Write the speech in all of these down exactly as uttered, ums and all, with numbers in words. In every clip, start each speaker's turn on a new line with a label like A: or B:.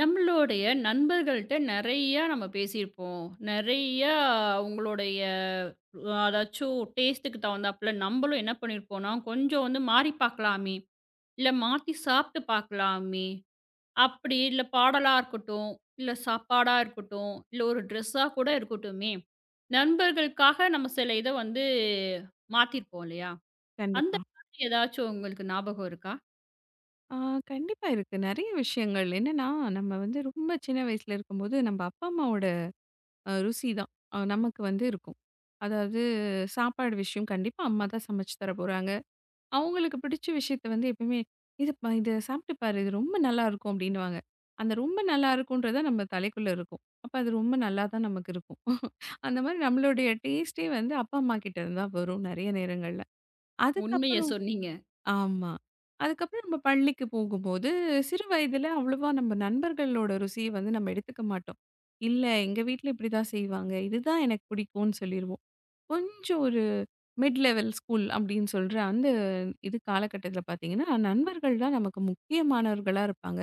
A: நம்மளுடைய நண்பர்கள்ட்ட நெறையா நம்ம பேசியிருப்போம். நெறையா அவங்களுடைய அஹ், அதாச்சும் டேஸ்ட்டுக்கு தகுந்தாப்புல நம்பளும் என்ன பண்ணியிருப்போம்னா, கொஞ்சம் வந்து மாறி பார்க்கலாமே, இல்ல மாத்தி சாப்பிட்டு பார்க்கலாமே, அப்படி இல்ல பாடலா இருக்கட்டும், இல்ல சாப்பாடா இருக்கட்டும், இல்ல ஒரு ட்ரெஸ்ஸா கூட இருக்கட்டுமே, நண்பர்களுக்காக நம்ம சில இத வந்து மாத்தியிருப்போம் இல்லையா? அந்த
B: கண்டிப்பா.
A: மாதிரி ஏதாச்சும் உங்களுக்கு ஞாபகம் இருக்கா?
B: ஆ கண்டிப்பா இருக்கு. நெறைய விஷயங்கள். என்னன்னா, நம்ம வந்து ரொம்ப சின்ன வயசுல இருக்கும்போது, நம்ம அப்பா, அம்மாவோட அ ருசி தான் அ நமக்கு வந்து இருக்கும். அதாவது சாப்பாடு விஷயம் கண்டிப்பா அம்மா தான் சமைச்சு தர போறாங்க. அவங்களுக்கு பிடிச்ச விஷயத்த வந்து எப்பயுமே, "இது ப இத சாப்பிட்டு பாரு. இது ரொம்ப நல்லாருக்கும்" அப்படின்னுவாங்க. அந்த ரொம்ப நல்லா இருக்கும்ன்றது நம்ம தலைக்குள்ள இருக்கும். அப்ப அது ரொம்ப நல்லா தான் நமக்கு இருக்கும். அந்த மாரி நம்மளுடைய டேஸ்ட்டே வந்து அப்பா, அம்மா கிட்ட இருந்து தான் வரும் நெறைய நேரங்கள்ல.
A: உண்மைய
B: அதுக்கப்புறம்.
A: சொன்னீங்க.
B: ஆமா. அதுக்கப்புறம் நம்ம பள்ளிக்கு போகும்போது, சிறு வயதில அவ்வளவா நம்ம நண்பர்களோட ருசிய வந்து நம்ம எடுத்துக்க மாட்டோம். இல்ல எங்க வீட்ல இப்படிதான் செய்வாங்க. இதுதான் எனக்கு பிடிக்கும்னு சொல்லிருவோம். கொஞ்சம் ஒரு மிட் லெவல் ஸ்கூல் அப்படின்னு சொல்ற அந்த இது காலகட்டத்தில பார்த்தீங்கன்னா, நண்பர்கள் தான் நமக்கு முக்கியமானவர்களா இருப்பாங்க.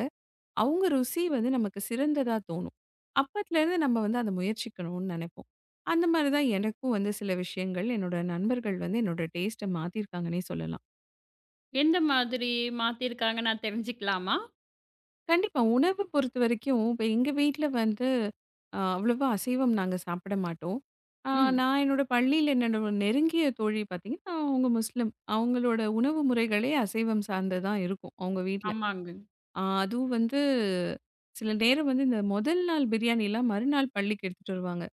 B: அவங்க ருசி வந்து நமக்கு சிறந்ததா தோணும். அப்பத்துலேருந்து நம்ம வந்து அத முயற்சிக்கணும்னு நெனைப்போம். அந்த மாரி தான் எனக்கும் வந்து சில விஷயங்கள் என்னோட நண்பர்கள் வந்து என்னோட டேஸ்ட்ட மாத்தியிருக்காங்கன்னே சொல்லலாம்.
A: எந்த மாதிரி மாத்தியிருக்காங்க நான் தெரிஞ்சுக்கலாமா?
B: கண்டிப்பா. உணவு பொறுத்தவரைக்கும், இப்ப எங்க வீட்ல வந்து அ அவ்வளவா அசைவம் நாங்க சாப்பிட மாட்டோம். ஆ
A: ம்.
B: நான் என்னோட பள்ளியில என்னோட ஒரு நெருங்கிய தோழி பார்த்தீங்கன்னா, அவங்க முஸ்லிம். அவங்களோட உணவு முறைகளே அசைவம் சார்ந்து தான் இருக்கும், அவங்க வீட்ல.
A: ஆமாங்க.
B: ஆ அதுவும் வந்து சில நேரம் வந்து இந்த முதல் நாள் பிரியாணிலாம் மறுநாள் பள்ளிக்கு எடுத்துட்டு வருவாங்க.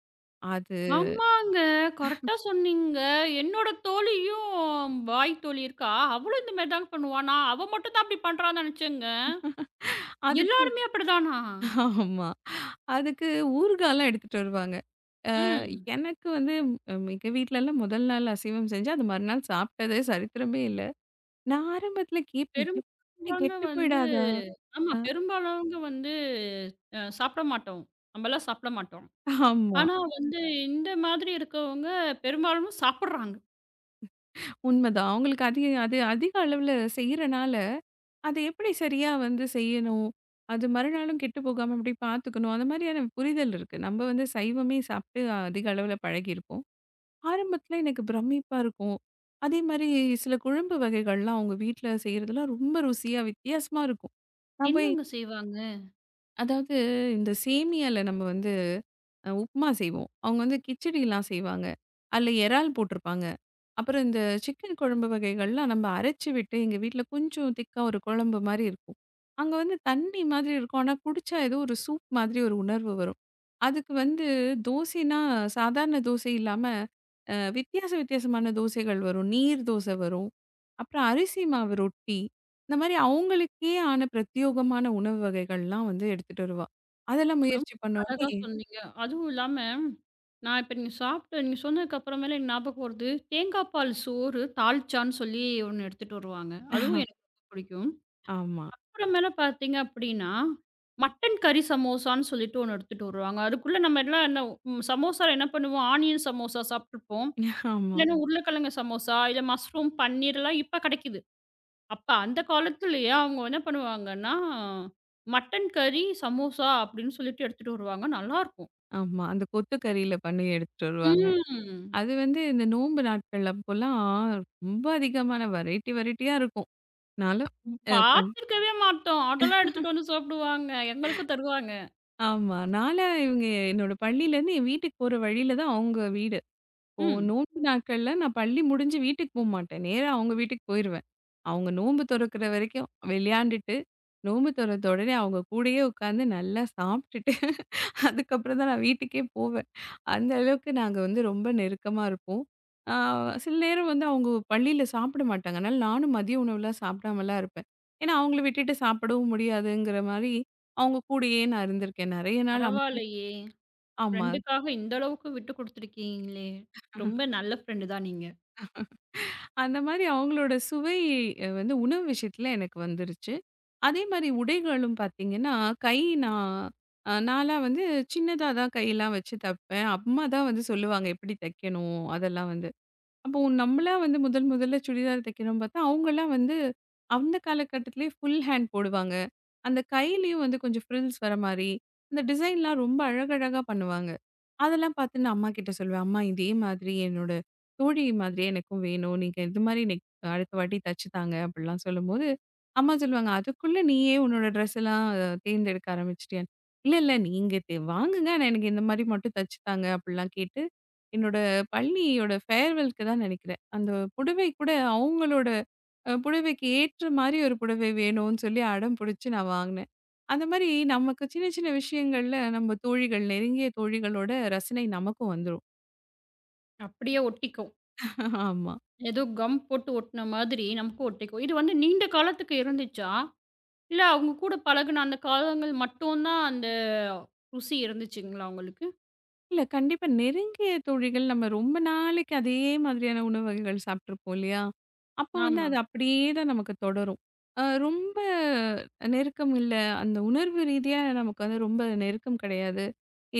B: அது
A: ஆமாங்க. கரெக்ட்டா சொன்னீங்க. என்னோட தோழியும் பாய் தோழி இருக்கா. அவளும் இந்த மாரி தாங்க பண்ணுவா. நான் அவ மட்டும் தான் அப்படி பண்றான்னு நெனச்சேங்க.
B: அதுக்கு
A: எல்லாருமே அப்படிதானா?
B: ஆமா. அதுக்கு ஊறுகாலாம் எடுத்துட்டு வருவாங்க. அ
A: ம்.
B: எனக்கு வந்து ம், எங்க வீட்லலாம் முதல் நாள் அசைவம் செஞ்சு, அது மறுநாள் சாப்பிட்டதே சரித்திரமே இல்ல. நான் ஆரம்பத்துல கேட்பேன். எப்படி
A: பெரும்பாலானவங்க
B: கெட்டு
A: வந்து
B: போயிடாதா?
A: ஆமா.
B: அ
A: பெரும்பாலானவங்க வந்து அ சாப்பிட மாட்டோம். நம்பலாம் சாப்பிட மாட்டோம்.
B: ஆமா.
A: ஆனா வந்து இந்த மாதிரி இருக்கவங்க பெரும்பாலும் சாப்பிடுறாங்க.
B: உண்மதான். அவங்களுக்கு அது அது அதிக அளவுல செய்றனால, அது எப்படி சரியா வந்து செய்யணும்? அது மறுநாளும் கெட்டு போகாம எப்படி பார்த்துக்கணும்? அந்த மாதிரியான புரிதல் இருக்கு. நம்ம வந்து சைவமே சாப்பிட்டு அதிக அளவுல பழகியிருப்போம். ஆரம்பத்துல எனக்கு பிரமிப்பா இருக்கும். அதே மாரி சில குழம்பு வகைகள்லாம் அவங்க வீட்ல செய்றதெல்லாம் ரொம்ப ருசியா வித்தியாசமா இருக்கும். நான் போய்
A: என்னங்க செய்வாங்க?
B: அதாவது இந்த சேமியால நம்ம வந்து அ உப்புமா செய்வோம். அவங்க வந்து கிச்சடிலாம் செய்வாங்க. அதுல இறால் போட்டிருப்பாங்க. அப்புறம் இந்த சிக்கன் குழம்பு வகைகள்லாம் நம்ம அரைச்சு விட்டு, எங்க வீட்ல கொஞ்சம் திக்கா ஒரு குழம்பு மாரி இருக்கும். அங்க வந்து தண்ணி மாதிரி இருக்கும். ஆனா குடிச்சா ஏதோ ஒரு சூப் மாதிரி ஒரு உணர்வு வரும். அதுக்கு வந்து தோசைன்னா சாதாரண தோசை இல்லாம, அ வித்தியாச வித்தியாசமான தோசைகள் வரும். நீர் தோசை வரும். அப்புறம் அரிசி மாவு ரொட்டி. இந்த மாரி அவங்களுக்கே ஆன பிரத்யோகமான உணவு வகைகள்லாம் வந்து எடுத்துட்டு வருவா. அதெல்லாம்
A: ரொம்ப
B: முயற்சி பண்ண
A: அழகா
B: உடனே.
A: சொன்னீங்க. அதுவும் இல்லாம, நான் இப்ப நீங்க சாப்பிட்ட நீங்க சொன்னதுக்கு அப்புறமேல எனக்கு ஞாபகம் வருது. தேங்காய் பால் சோறு தால்ச்சான்னு சொல்லி ஒண்ணு எடுத்துட்டு வருவாங்க. அதுவும் எனக்கு ரொம்ப பிடிக்கும்.
B: ஆமா.
A: அப்புறமேல பார்த்தீங்க அப்படின்னா, மட்டன் கறி சமோசான்னு சொல்லிட்டு ஒண்ணு எடுத்துட்டு வருவாங்க. அதுக்குள்ள நம்ம எல்லாம் என்ன ம் சமோசால என்ன பண்ணுவோம்? ஆனியன் சமோசா சாப்பிட்டுருப்போம்.
B: ஆமா,
A: இல்லன்னா உருளைக்கிழங்கு சமோசா, இல்ல மஷ்ரூம், பன்னீர்லாம் இப்ப கிடைக்குது. அப்ப அந்த காலத்திலேயே அவங்க என்ன பண்ணுவாங்கன்னா, மட்டன் கறி சமோசா அப்படின்னு சொல்லிட்டு எடுத்துட்டு வருவாங்க. நல்லாருக்கும்.
B: ஆமா. அந்த கொத்து கறியில பண்ணி எடுத்துட்டு வருவாங்க.
A: ம்.
B: அது வந்து இந்த நோன்பு நாட்கள் அப்போலாம் ரொம்ப அதிகமான வெரைட்டி வெரைட்டியா இருக்கும். நான்லாம்
A: ம்.
B: அ பண்
A: பார்த்துருக்கவே மாட்டோம். அதெல்லாம் எடுத்துட்டு வந்து சாப்பிடுவாங்க. எங்களுக்கும் தருவாங்க.
B: ஆமா. நான்லாம் இவங்க என்னோட பள்ளியிலேருந்து என் வீட்டுக்கு போற வழியில தான் அவங்க வீடு. ஓ!
A: ம்.
B: நோன்பு நாட்கள்ல நான் பள்ளி முடிஞ்சு வீட்டுக்கு போமாட்டேன். நேரா அவங்க வீட்டுக்கு போயிருவேன். அவங்க நோன்பு தொறக்கிற வரைக்கும் விளையாண்டுட்டு, நோன்பு தொறந்த உடனே அவங்க கூடயே உட்காந்து நல்லா சாப்ட்டுட்டு, அதுக்கப்புறம் தான் நான் வீட்டுக்கே போவேன். அந்த அளவுக்கு நாங்க வந்து ரொம்ப நெருக்கமா இருப்போம். ஆ சில நேரம் வந்து அவங்க பள்ளியில சாப்பிட மாட்டாங்க. அதனால நானும் மதிய உணவுலாம் சாப்பிடாமலாம் இருப்பேன். ஏன்னா அவங்கள விட்டுட்டு சாப்பிடவும் முடியாதுங்கிற மாரி, அவங்க கூடயே நான் இருந்திருக்கேன். நெறைய நாள் அம்மாவே.
A: பரவாயில்லையே!
B: ஆமா.
A: ஃப்ரெண்டுக்காக இந்த அளவுக்கு விட்டு குடுத்துருக்கீங்களே! ரொம்ப நல்ல ஃப்ரெண்டு தான் நீங்க.
B: அந்த மாதிரி அவங்களோட சுவை அ வந்து உணவு விஷயத்துல எனக்கு வந்துருச்சு. அதே மாரி உடைகளும் பார்த்தீங்கன்னா, கை நான் அ நான்லாம் வந்து சின்னதா தான் கையெல்லாம் வச்சு தைப்பேன். அம்மா தான் வந்து சொல்லுவாங்க, "எப்படி தைக்கணும்?" அதெல்லாம் வந்து. அப்போ நம்மளா வந்து முதல் முதல்ல சுடிதார் தைக்கிறோம்னு பார்த்தா, அவங்கலாம் வந்து அந்த காலகட்டத்திலேயே ஃபுல் ஹேண்ட் போடுவாங்க. அந்த கையிலயும் வந்து கொஞ்சம் ஃப்ரில்ஸ் வர மாரி, அந்த டிசைன்லாம் ரொம்ப அழகழகா பண்ணுவாங்க. அதெல்லாம் பார்த்து நான் அம்மா கிட்ட சொல்லுவேன். அம்மா இதே மாதிரி என்னோட தோழி மாதிரியே எனக்கும் வேணும். நீங்க இது மாதிரி நெக் அடுத்த வாட்டி தச்சு தாங்க அப்படிலாம் சொல்லும்போது, அம்மா சொல்லுவாங்க, "அதுக்குள்ள நீயே உன்னோட ட்ரெஸ் எல்லாம் அஹ், தேர்ந்தெடுக்க ஆரம்பிச்சுட்டியான்னு." "இல்ல, இல்ல. நீங்க தே வாங்குங்க. ஆனா எனக்கு இந்த மாரி மட்டும் தச்சு தாங்க." அப்படிலாம் கேட்டு, என்னோட பள்ளியோட ஃபேர்வெல்க்கு தான் நினைக்கிறேன். அந்த புடவை கூட அவங்களோட அ புடவைக்கு ஏற்ற மாரி ஒரு புடவை வேணும்னு சொல்லி அடம் புடிச்சு நான் வாங்குனேன். அந்த மாரி நமக்கு சின்ன சின்ன விஷயங்கள்ல நம்ம தோழிகள் நெருங்கிய தோழிகளோட ரசனை நமக்கும் வந்துரும்.
A: அப்படியே ஒட்டிக்கும்.
B: ஆமா.
A: ஏதோ கம் போட்டு ஒட்டுன மாதிரி நமக்கும் ஒட்டிக்கும். இது வந்து நீண்ட காலத்துக்கு இருந்துச்சா? இல்ல அவங்க கூட பழகுன அந்த காலங்கள் மட்டும் தான் அந்த ருசி இருந்துச்சுங்களா உங்களுக்கு?
B: இல்ல. கண்டிப்பா நெருங்கிய தோழிகள் நம்ம ரொம்ப நாளைக்கு அதே மாதிரியான உணவு வகைகள் சாப்பிட்டுருப்போம் இல்லையா? அப்போ வந்து
A: ஆமா.
B: அது அப்படியே தான் நமக்கு தொடரும். அ ரொம்ப நெருக்கம் இல்ல. அந்த உணர்வு ரீதியா நமக்கு வந்து ரொம்ப நெருக்கம் கிடையாது.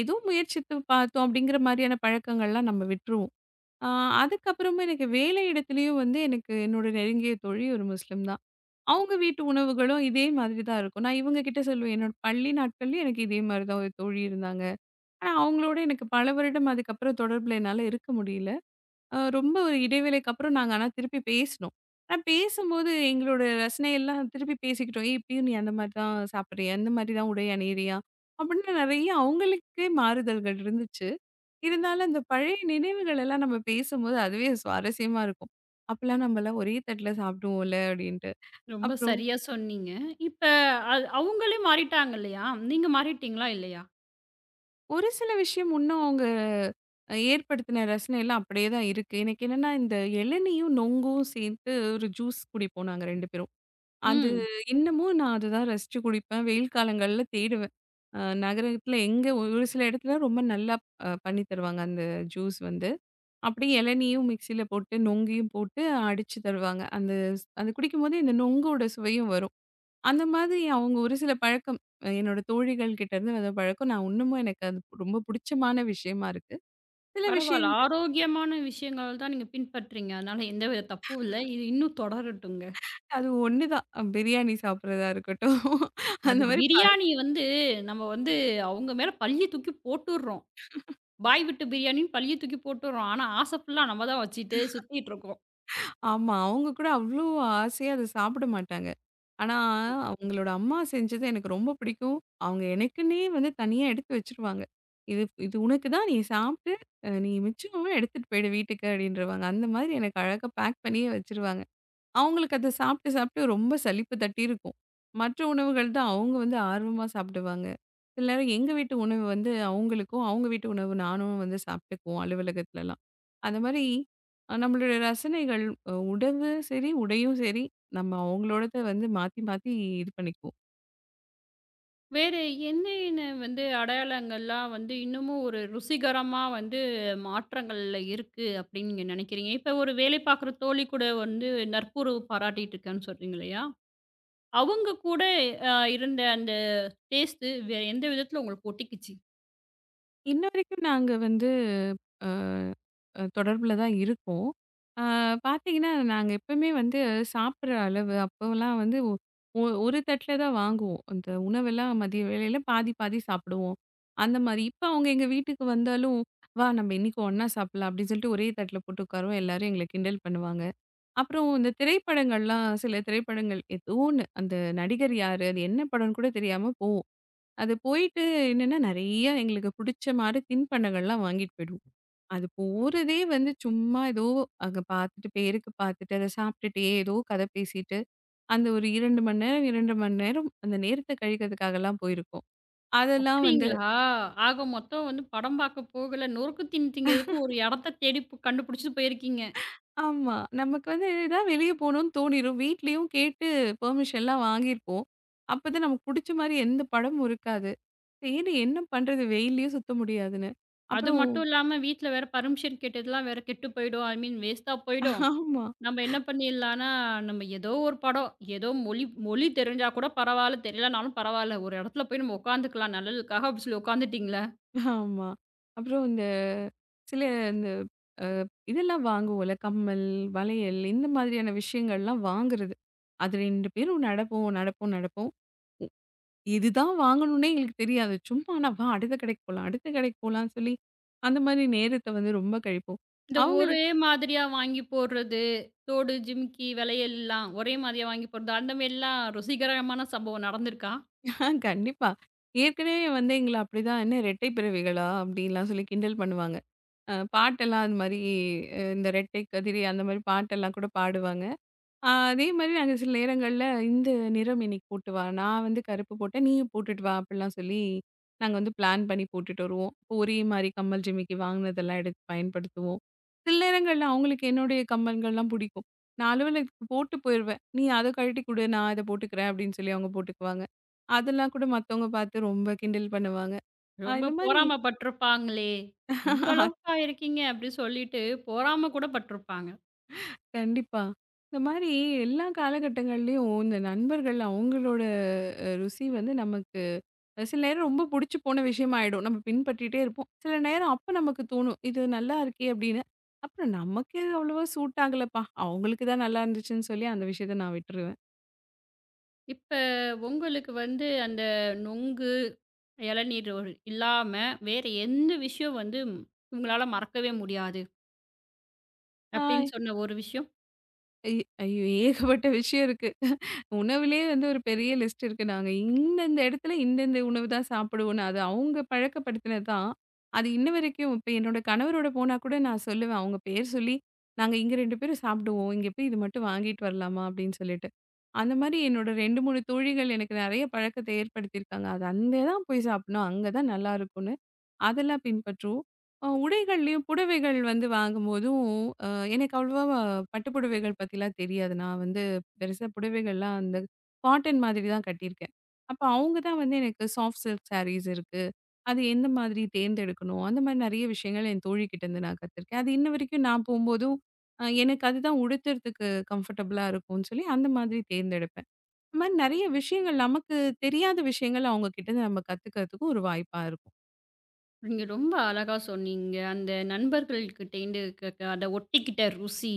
B: ஏதோ முயற்சித்து பார்த்தோம் அப்படிங்கிற மாதிரியான பழக்கங்கள்லாம் நம்ம விட்டுருவோம். அ அதுக்கப்புறமா எனக்கு வேலை இடத்துலயும் வந்து எனக்கு என்னோட நெருங்கிய தோழி ஒரு முஸ்லீம் தான். அவங்க வீட்டு உணவுகளும் இதே மாதிரி தான் இருக்கும். நான் இவங்க கிட்ட சொல்லுவேன். என்னோட பள்ளி நாட்கள்லயும் எனக்கு இதே மாதிரி தான் ஒரு தோழி இருந்தாங்க. ஆனா, அவங்களோட எனக்கு பல வருடம் அதுக்கப்புறம் தொடர்புல என்னால இருக்க முடியல. அ ரொம்ப ஒரு இடைவேளைக்கு அப்புறம் நாங்க ஆனா திருப்பி பேசினோம். ஆனா பேசும்போது எங்களோட ரசனை எல்லாம் திருப்பி பேசிக்கிட்டோம். "ஏய்! இப்பயும் நீ அந்த மாரி தான் சாப்பிடுறியா? இந்த மாரி தான் உடை அணியிறியா?" அப்படின்னு நெறைய அவங்களுக்கே மாறுதல்கள் இருந்துச்சு. இருந்தாலும் அந்த பழைய நினைவுகள் எல்லாம் நம்ம பேசும்போது அதுவே சுவாரஸ்யமா இருக்கும். "அப்பலாம் நம்மலாம் ஒரே தட்டுல சாப்பிடுவோம்ல" அப்படின்ட்டு.
A: ரொம்ப
B: அப்புறம்
A: சரியா சொன்னீங்க. இப்ப அது அவங்களே மாறிட்டாங்க இல்லையா? நீங்க மாறிட்டீங்களா இல்லையா?
B: ஒரு சில விஷயம் இன்னும் அவங்க அ ஏற்படுத்தின ரசனைலாம் அப்படியே தான் இருக்கு. எனக்கு என்னன்னா, இந்த இளநீயும், நொங்கும் சேர்த்து ஒரு ஜூஸ் குடிப்போம் நாங்க இரண்டு பேரும். அது
A: ம்.
B: இன்னமும் நான் அதுதான் ரசிச்சு குடிப்பேன். வெயில் காலங்கள்ல தேடுவேன். அ நகரத்தில எங்க ஒ- ஒரு சில இடத்துல ரொம்ப நல்லா அ பண்ணி தருவாங்க அந்த ஜூஸ் வந்து. அப்படியே இளநீயும் மிக்ஸியில போட்டு, நொங்கையும் போட்டு அடிச்சு தருவாங்க. அந்த அது குடிக்கும்போது இந்த நொங்கோட சுவையும் வரும். அந்த மாதிரி அவங்க ஒரு சில பழக்கம் அஹ் என்னோட தோழிகள் கிட்ட இருந்து வந்த பழக்கம் நான் இன்னமும் எனக்கு அது ரொம்ப பிடிச்சமான விஷயமா இருக்கு. சில
A: பரவால்ல.
B: விஷயங்கள்
A: ஆரோக்கியமான விஷயங்கள் தான் நீங்க பின்பற்றீங்க. அதனால எந்தவித தப்பும் இல்ல. இது இன்னும் தொடரட்டுங்க.
B: அது ஒண்ணுதான் அஹ் பிரியாணி சாப்பிடுறதா இருக்கட்டும். அந்த
A: அது
B: மாதிரி ப
A: பிரியாணி வந்து நம்ம வந்து அவங்க மேல பழிய தூக்கி போட்டுர்றோம். பாய் வீட்டு பிரியாணின்னு பழிய தூக்கி போட்டுர்றோம். ஆனா, ஆசை ஃபுல்லா நம்ம தான் வச்சுட்டு சுத்திட்டுருக்கோம்.
B: ஆமா அவங்க கூட அவ்ளோ ஆசையா அத சாப்பிட மாட்டாங்க. ஆனா அவங்களோட அம்மா செஞ்சது எனக்கு ரொம்ப பிடிக்கும். அவங்க எனக்குன்னே வந்து தனியா எடுத்து வச்சுருவாங்க. இது இது உனக்கு தான் நீ சாப்பிட்டு, அ நீ மிச்சம் எடுத்துட்டு போயிடு வீட்டுக்கு அப்படின்றவாங்க. அந்த மாதிரி எனக்கு அழகா பேக் பண்ணியே வச்சுருவாங்க. அவங்களுக்கு அத சாப்பிட்டு, சாப்பிட்டு ரொம்ப சலிப்பு தட்டியிருக்கும். மற்ற உணவுகள் தான் அவங்க வந்து ஆர்வமா சாப்பிடுவாங்க. சில நேரம் எங்க வீட்டு உணவு வந்து அவங்களுக்கும், அவங்க வீட்டு உணவு நானும் வந்து சாப்பிட்டுக்குவோம் அலுவலகத்துலலாம். அந்த மாரி அ நம்மளுடைய ரசனைகள் அ உணவு சரி, உடையும் சரி, நம்ம அவங்களோடத வந்து மாத்தி, மாத்தி இது பண்ணிக்குவோம்.
A: வேற என்னென்ன வந்து அடையாளங்கள்லாம் வந்து இன்னமும் ஒரு ருசிகரமா வந்து மாற்றங்கள்ல இருக்கு அப்படின்னு நீங்க நினைக்கிறீங்க? இப்ப ஒரு வேலை பார்க்குற தோழி கூட வந்து நட்புறவு பாராட்டிட்டு இருக்கேன்னு சொல்றீங்க இல்லையா? அவங்க கூட அ இருந்த அந்த டேஸ்ட்டு வேற எந்த விதத்துல உங்களுக்கு ஒட்டிக்கிச்சு?
B: இன்ன வரைக்கும் நாங்க வந்து அ தொடர்புல தான் இருக்கோம். அ பார்த்தீங்கன்னா, நாங்க எப்பவுமே வந்து சாப்பிடுற அளவு அப்போலாம் வந்து ஒ ஒ ஒரு தட்ல தான் வாங்குவோம். அந்த உணவெல்லாம் மதிய வேளையில பாதி, பாதி சாப்பிடுவோம். அந்த மாரி. இப்போ அவங்க எங்க வீட்டுக்கு வந்தாலும், "வா நம்ம இன்னைக்கு ஒண்ணா சாப்பிடலாம்" அப்படின்னு சொல்லிட்டு ஒரே தட்ல போட்டு உட்காருவோம். எல்லாரும் எங்கள கிண்டல் பண்ணுவாங்க. அப்புறம் இந்த திரைப்படங்கள்லாம் சில திரைப்படங்கள் ஏதோ ஒண்ணு அந்த நடிகர் யாரு, அது என்ன படம்னு கூட தெரியாம போவோம். அது போயிட்டு என்னன்னா, நெறைய எங்களுக்கு பிடிச்ச மாரி தின்பண்டங்கள்லாம் வாங்கிட்டு போயிடுவோம். அது போறதே வந்து சும்மா ஏதோ அங்க பார்த்துட்டு, பேருக்கு பார்த்துட்டு, அத சாப்பிட்டுட்டே ஏதோ கதை பேசிட்டு, அந்த ஒரு இரண்டு மணி நேரம், இரண்டு மணி நேரம் அந்த நேரத்த கழிக்கிறதுக்காகலாம் போயிருக்கோம். அதெல்லாம் வந்து.
A: அப்படிங்களா? ஆக மொத்தம் வந்து படம் பார்க்க போகல. நொறுக்கு தீனி திங்கிறதுக்கு ஒரு இடத்த தேடி பு கண்டுபிடிச்சுட்டு போயிருக்கீங்க.
B: ஆமா. நமக்கு வந்து எதாவது வெளிய போணும்னு தோணிரும். வீட்லயும் கேட்டு பெர்மிஷன்லாம் வாங்கியிருப்போம். அப்பதான் நமக்கு புடிச்ச மாரி எந்த படமும் இருக்காது. சரி என்ன பண்றது? வெயில்லயும் சுத்த முடியாதுன்னு.
A: அது
B: அப்புறம்
A: மட்டும் இல்லாம வீட்ல வேற பர்மிஷன் கேட்டதெல்லாம் வேற கெட்டு போயிடும். ஐ மீன் வேஸ்ட்டா போயிடும்.
B: ஆமா,
A: நம்ம என்ன பண்ணிடலான்னா, நம்ம ஏதோ ஒரு படம், ஏதோ மொழி மொழி தெரிஞ்சா கூட பரவால்ல, தெரியலனாலும் பரவால்ல. ஒரு இடத்துல போய் நம்ம உட்காந்துக்கலாம் நல்லதுக்காக அப்படி சொல்லி உட்காந்துட்டீங்களா?
B: ஆமா. அப்புறம் இந்த சில இந்த இதெல்லாம் வாங்குவோம்ல. கம்மல், வளையல் இந்த மாதிரியான விஷயங்கள்லாம் வாங்குறது. அது இரண்டு பேரும் நடப்போம், நடப்போம், நடப்போம். இதுதான் வாங்கணும்னே எங்களுக்கு தெரியாது. சும்மா ஆனா வா அடுத்த கடைக்கு போலாம், அடுத்த கடைக்கு போலான்னு சொல்லி, அந்த மாதிரி நேரத்த வந்து ரொம்ப கழிப்போம்.
A: இந்த ஒரே
B: அவங்களுக்கு.
A: மாதிரியா வாங்கி போடுறது, தோடு, ஜிமிக்கி, வளையல்லாம் ஒரே மாதிரியா வாங்கி போடுறது, அந்த மாரிலாம் ருசிகரமான சம்பவம் நடந்திருக்கா?
B: ஆ கண்டிப்பா. ஏற்கனவே வந்து எங்கள அப்படிதான் என்ன ரெட்டை பிறவிகளா? அப்படின்லாம் சொல்லி கிண்டல் பண்ணுவாங்க. அ பாட்டெல்லாம் அது மாரி அ இந்த ரெட்டை கதிரே அந்த மாரி பாட்டெல்லாம் கூட பாடுவாங்க. ஆ, அதே மாரி நாங்க சில நேரங்கள்ல, "இந்த நிறம் இன்னைக்கு போட்டு வா. நான் வந்து கருப்பு போட்டேன். நீயும் போட்டுட்டு வா" அப்படிலாம் சொல்லி, நாங்க வந்து பிளான் பண்ணி போட்டுட்டு வருவோம். இப்போ ஒரே மாரி கம்மல், ஜிமிக்கி வாங்குனதெல்லாம் எடுத்து பயன்படுத்துவோம். சில நேரங்கள்ல அவங்களுக்கு என்னுடைய கம்மல்கள்லாம் பிடிக்கும். நான் அலுவலகத்துக்கு போட்டு போயிருவேன். "நீ அத கழட்டி குடு, நான் இத போட்டுக்கிறேன்" அப்படின்னு சொல்லி அவங்க போட்டுக்குவாங்க. அதெல்லாம் கூட மத்தவங்க பார்த்து ரொம்ப கிண்டல் பண்ணுவாங்க. அ
A: ரொம்ப
B: இந்த மாரி.
A: பொறாம பட்டுருப்பாங்களே! இந்த அளவுக்கா இருக்கீங்க அப்டி சொல்லிட்டு பொறாம கூட பட்டுருப்பாங்க.
B: கண்டிப்பா. இந்த மாரி எல்லா காலகட்டங்கள்லயும் இந்த நண்பர்கள் அவங்களோட ருசி வந்து நமக்கு அஹ் சில நேரம் ரொம்ப புடிச்சு போன விஷயமா ஆயிடும். நம்ம பின்பற்றிட்டே இருப்போம். சில நேரம் அப்ப நமக்கு தோணும். இது நல்லா இருக்கே! அப்படின்னு. அப்புறம் நமக்கு அவ்வளவா சூட் ஆகலப்பா. அவங்களுக்கு தான் நல்லா இருந்துச்சுன்னு சொல்லி அந்த விஷயத்த நான் விட்டுருவேன்.
A: இப்ப உங்களுக்கு வந்து அந்த நொங்கு, இளநீர் ஒரு இல்லாம வேற எந்த விஷயம் வந்து உங்களால மறக்கவே முடியாது
B: ஆ
A: அப்டின்னு சொன்ன ஒரு விஷயம்?
B: ஐய் ஐயோ! ஏகப்பட்ட விஷயம் இருக்கு. உணவுலயே வந்து ஒரு பெரிய லிஸ்ட் இருக்கு. நாங்க இந்தந்த இடத்துல இந்தந்த உணவு தான் சாப்பிடுவோம்னு. அது அவங்க பழக்கப்படுத்தினது தான். அது இன்ன வரைக்கும் இப்ப என்னோட கணவரோட போனா கூட நான் சொல்லுவேன். அவங்க பேர் சொல்லி, "நாங்க இங்க இரண்டு பேரும் சாப்பிடுவோம். இங்க போய் இது மட்டும் வாங்கிட்டு வரலாமா?" அப்படின்னு சொல்லிட்டு. அந்த மாரி என்னோட இரண்டு, மூன்று தோழிகள் எனக்கு நெறைய பழக்கத்த ஏற்படுத்தியிருக்காங்க. அது அங்க தான் போய் சாப்பிடணும். அங்க தான் நல்லாருக்கும். அதெல்லாம் பின்பற்றுவோம். அ உடைகள்லயும் புடவைகள் வந்து வாங்கும்போதும், அ எனக்கு அவ்வளவா பட்டு புடவைகள் பத்திலாம் தெரியாது. நான் வந்து பெருசா புடவைகள்லாம் அந்த காட்டன் மாதிரி தான் கட்டியிருக்கேன். அப்ப அவங்க தான் வந்து எனக்கு சாஃப்ட் சில்க் சாரீஸ் இருக்கு. அது எந்த மாதிரி தேர்ந்தெடுக்கணும்? அந்த மாதிரி நெறைய விஷயங்கள் என் தோழிகிட்டேருந்து நான் கத்துருக்கேன். அது இன்ன வரைக்கும் நான் போம்போதும், அ எனக்கு அதுதான் உடுத்துறதுக்கு கம்ஃபர்டபுளா இருக்கும்னு சொல்லி அந்த மாதிரி தேர்ந்தெடுப்பேன். இந்த மாதிரி நெறைய விஷயங்கள் நமக்கு தெரியாத விஷயங்கள் அவங்க கிட்டேருந்து நம்ம கத்துக்கிறதுக்கும் ஒரு வாய்ப்பா
A: நீங்க ரொம்ப அழகா சொன்னீங்க. அந்த நண்பர்கள்கிட்டேருந்து க க அத ஒட்டிக்கிட்ட ருசி.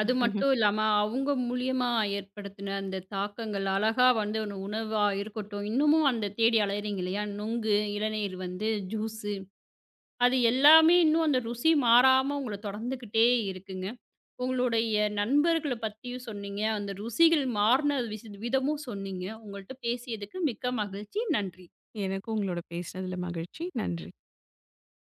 A: அது
B: இருக்கும்.
A: மட்டும் இல்லாம, அவங்க மூலியமா ஏற்படுத்தின அந்த தாக்கங்கள், அழகா வந்து ஒரு உணவா இருக்கட்டும், இன்னமும் அந்த தேடி அலையறீங்க இல்லையா? நுங்கு, இளநீர் வந்து ஜூஸு, அது எல்லாமே இன்னும் அந்த ருசி மாறாம உங்கள தொடர்ந்துகிட்டே இருக்குங்க. உங்களுடைய நண்பர்கள பத்தியும் சொன்னீங்க. அந்த ருசிகள் மாறுன விசி விதமும் சொன்னீங்க. உங்கள்ட்ட பேசியதுக்கு மிக்க மகிழ்ச்சி. நன்றி.
B: எனக்கும் உங்களோட பேசினதுல மகிழ்ச்சி. நன்றி.